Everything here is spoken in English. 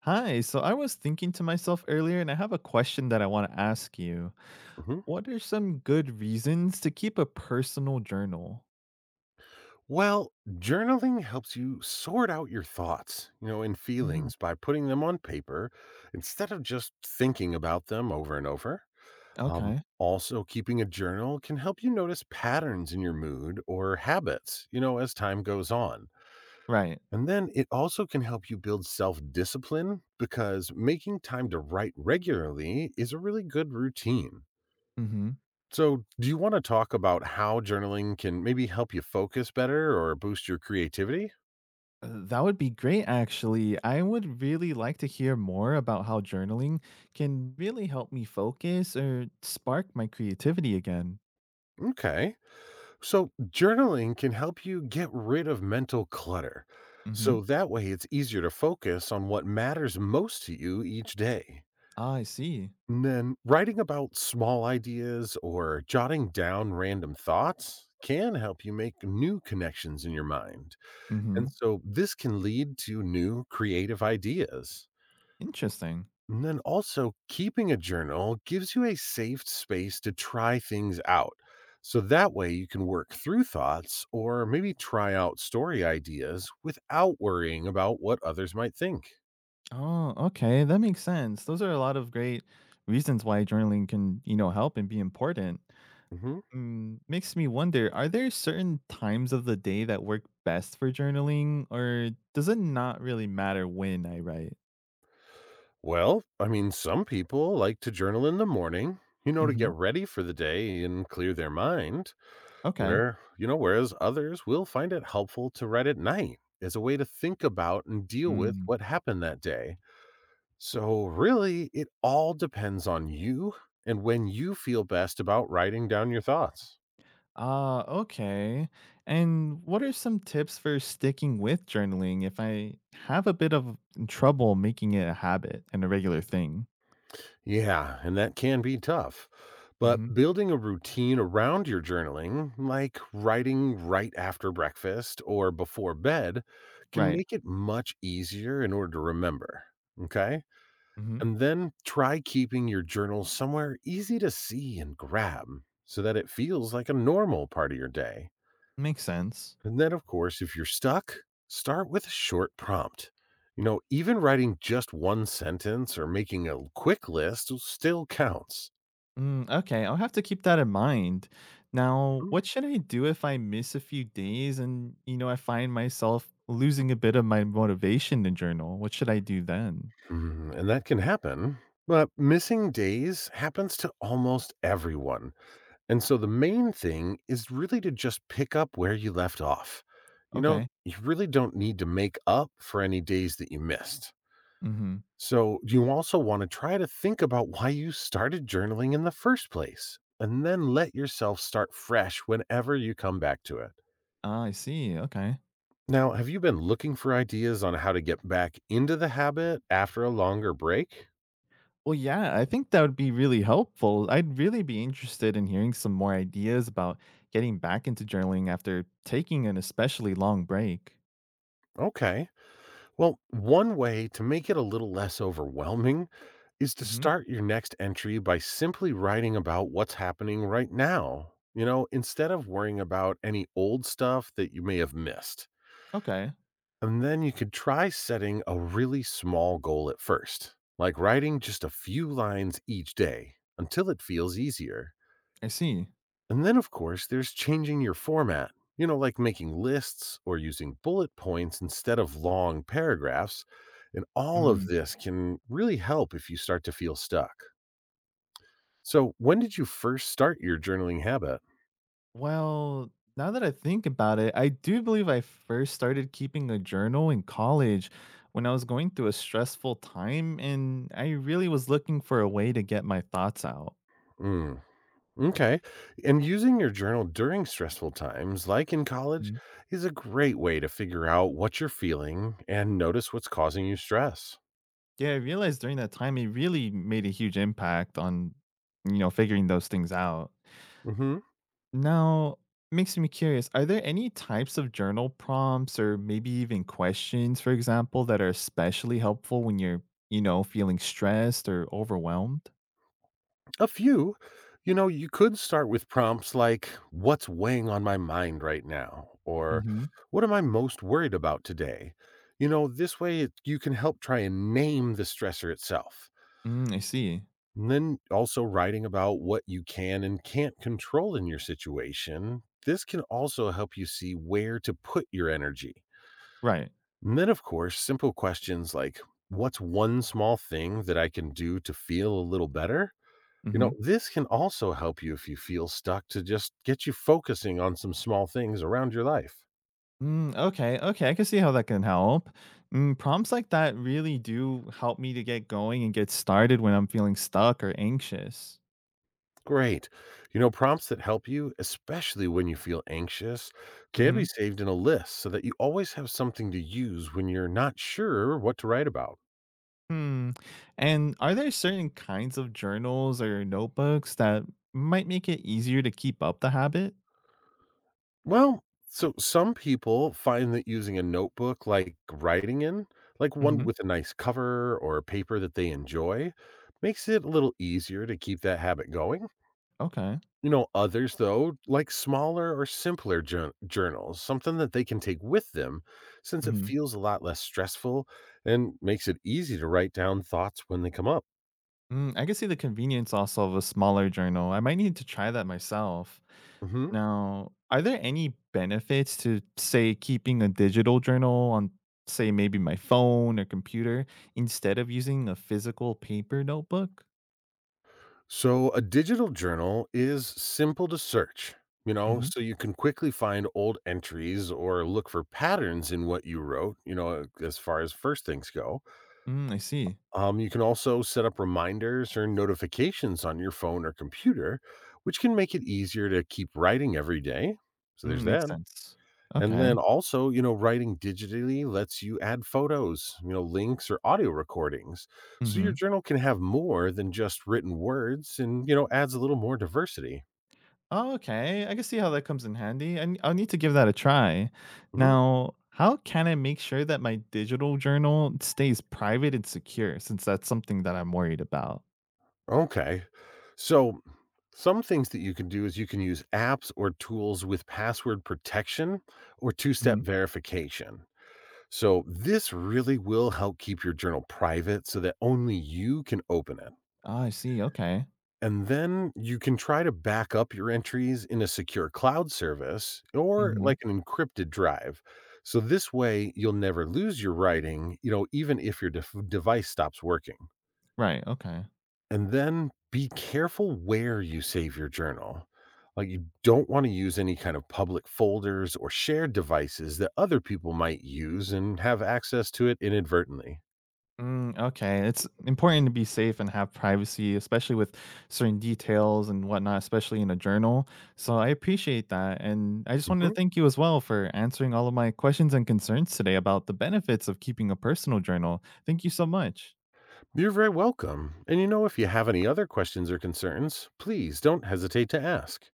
Hi, so I was thinking to myself earlier, and I have a question that I want to ask you. Mhm. What are some good reasons to keep a personal journal? Well, journaling helps you sort out your thoughts, you know, and Hmm. feelings by putting them on paper instead of just thinking about them over and over. Okay. Also, keeping a journal can help you notice patterns in your mood or habits, you know, as time goes on. Right. And then it also can help you build self discipline because making time to write regularly is a really good routine. Hmm. So, do you want to talk about how journaling can maybe help you focus better or boost your creativity? That would be great, actually. I would really like to hear more about how journaling can really help me focus or spark my creativity again. Okay. So journaling can help you get rid of mental clutter. Hmm. So that way it's easier to focus on what matters most to you each day. Ah, I see. And then writing about small ideas or jotting down random thoughts can help you make new connections in your mind. Hmm. And so this can lead to new creative ideas. Interesting. And then also, keeping a journal gives you a safe space to try things out. So that way you can work through thoughts or maybe try out story ideas without worrying about what others might think. Oh, okay. That makes sense. Those are a lot of great reasons why journaling can, you know, help and be important. Hmm. Mm, makes me wonder, are there certain times of the day that work best for journaling, or does it not really matter when I write? Well, I mean, some people like to journal in the morning, you know, to Hmm. get ready for the day and clear their mind, Okay. Whereas others will find it helpful to write at night as a way to think about and deal with Mm. what happened that day. So, really, it all depends on you and when you feel best about writing down your thoughts. Ah, okay. And what are some tips for sticking with journaling if I have a bit of trouble making it a habit and a regular thing? Yeah, and that can be tough. But Hmm. building a routine around your journaling, like writing right after breakfast or before bed, can Right. make it much easier in order to remember. Okay. Hmm. And then try keeping your journal somewhere easy to see and grab so that it feels like a normal part of your day. Makes sense. And then, of course, if you're stuck, start with a short prompt. You know, even writing just one sentence or making a quick list still counts. Mm, okay, I'll have to keep that in mind. Now, Mhm. what should I do if I miss a few days and, I find myself losing a bit of my motivation to journal? What should I do then? And that can happen. But missing days happens to almost everyone. And so the main thing is really to just pick up where you left off. You know, Okay. you really don't need to make up for any days that you missed. Mm-hmm. So, you also want to try to think about why you started journaling in the first place, and then let yourself start fresh whenever you come back to it. Ah, I see. Okay. Now, have you been looking for ideas on how to get back into the habit after a longer break? Well, yeah, I think that would be really helpful. I'd really be interested in hearing some more ideas about getting back into journaling after taking an especially long break. Okay. Well, one way to make it a little less overwhelming is to Mm-hmm. start your next entry by simply writing about what's happening right now, you know, instead of worrying about any old stuff that you may have missed. Okay, And then you could try setting a really small goal at first, like writing just a few lines each day until it feels easier. I see. And then, of course, there's changing your format, you know, like making lists or using bullet points instead of long paragraphs. And all of Mm. this can really help if you start to feel stuck. So, when did you first start your journaling habit? Well, now that I think about it, I do believe I first started keeping a journal in college when I was going through a stressful time and I really was looking for a way to get my thoughts out. Mm. Okay. And using your journal during stressful times, like in college, Mhm. is a great way to figure out what you're feeling and notice what's causing you stress. Yeah, I realized during that time it really made a huge impact on, figuring those things out. Hmm. Now, makes me curious, are there any types of journal prompts or maybe even questions, for example, that are especially helpful when you're feeling stressed or overwhelmed? A few, you know, you could start with prompts like, "What's weighing on my mind right now?" Or "What am I most worried about today?" You know, this way you can help try and name the stressor itself. Mm, I see. And then also writing about what you can and can't control in your situation. This can also help you see where to put your energy. Right. And then, of course, simple questions like, "What's one small thing that I can do to feel a little better?" You know, Mhm. this can also help you if you feel stuck to just get you focusing on some small things around your life. Mm, okay, okay, I can see how that can help. Mm, prompts like that really do help me to get going and get started when I'm feeling stuck or anxious. Great. You know, prompts that help you, especially when you feel anxious, can be Mhm. saved in a list so that you always have something to use when you're not sure what to write about. Hmm. And are there certain kinds of journals or notebooks that might make it easier to keep up the habit? Well, so some people find that using a notebook like writing in, like one Mhm. with a nice cover or paper that they enjoy, makes it a little easier to keep that habit going. Okay. You know, others, though, like smaller or simpler journals, something that they can take with them since it Mhm. feels a lot less stressful and makes it easy to write down thoughts when they come up. Mm, I can see the convenience also of a smaller journal. I might need to try that myself. Mhm. Now, are there any benefits to, say, keeping a digital journal on, say, maybe my phone or computer instead of using a physical paper notebook? So, a digital journal is simple to search, you know, Hmm. so you can quickly find old entries or look for patterns in what you wrote, you know, as far as first things go. Mm, I see. You can also set up reminders or notifications on your phone or computer, which can make it easier to keep writing every day. So there's Mm, makes that. sense. And Okay. then also, you know, writing digitally lets you add photos, you know, links or audio recordings. So your Mm-hmm. journal can have more than just written words and, you know, adds a little more diversity. Oh, okay. I can see how that comes in handy. I'll need to give that a try. Mhm. Now, how can I make sure that my digital journal stays private and secure since that's something that I'm worried about? Okay. So, some things that you can do is you can use apps or tools with password protection or two step Mhm. verification. So, this really will help keep your journal private so that only you can open it. Ah, I see. Okay. And then you can try to back up your entries in a secure cloud service or Mhm. like an encrypted drive. So, this way you'll never lose your writing, you know, even if your device stops working. Right. Okay. And then be careful where you save your journal. Like, you don't want to use any kind of public folders or shared devices that other people might use and have access to it inadvertently. Mm, okay. It's important to be safe and have privacy, especially with certain details and whatnot, especially in a journal. So I appreciate that. And I just wanted to Mhm. thank you as well for answering all of my questions and concerns today about the benefits of keeping a personal journal. Thank you so much. You're very welcome. And you know, if you have any other questions or concerns, please don't hesitate to ask.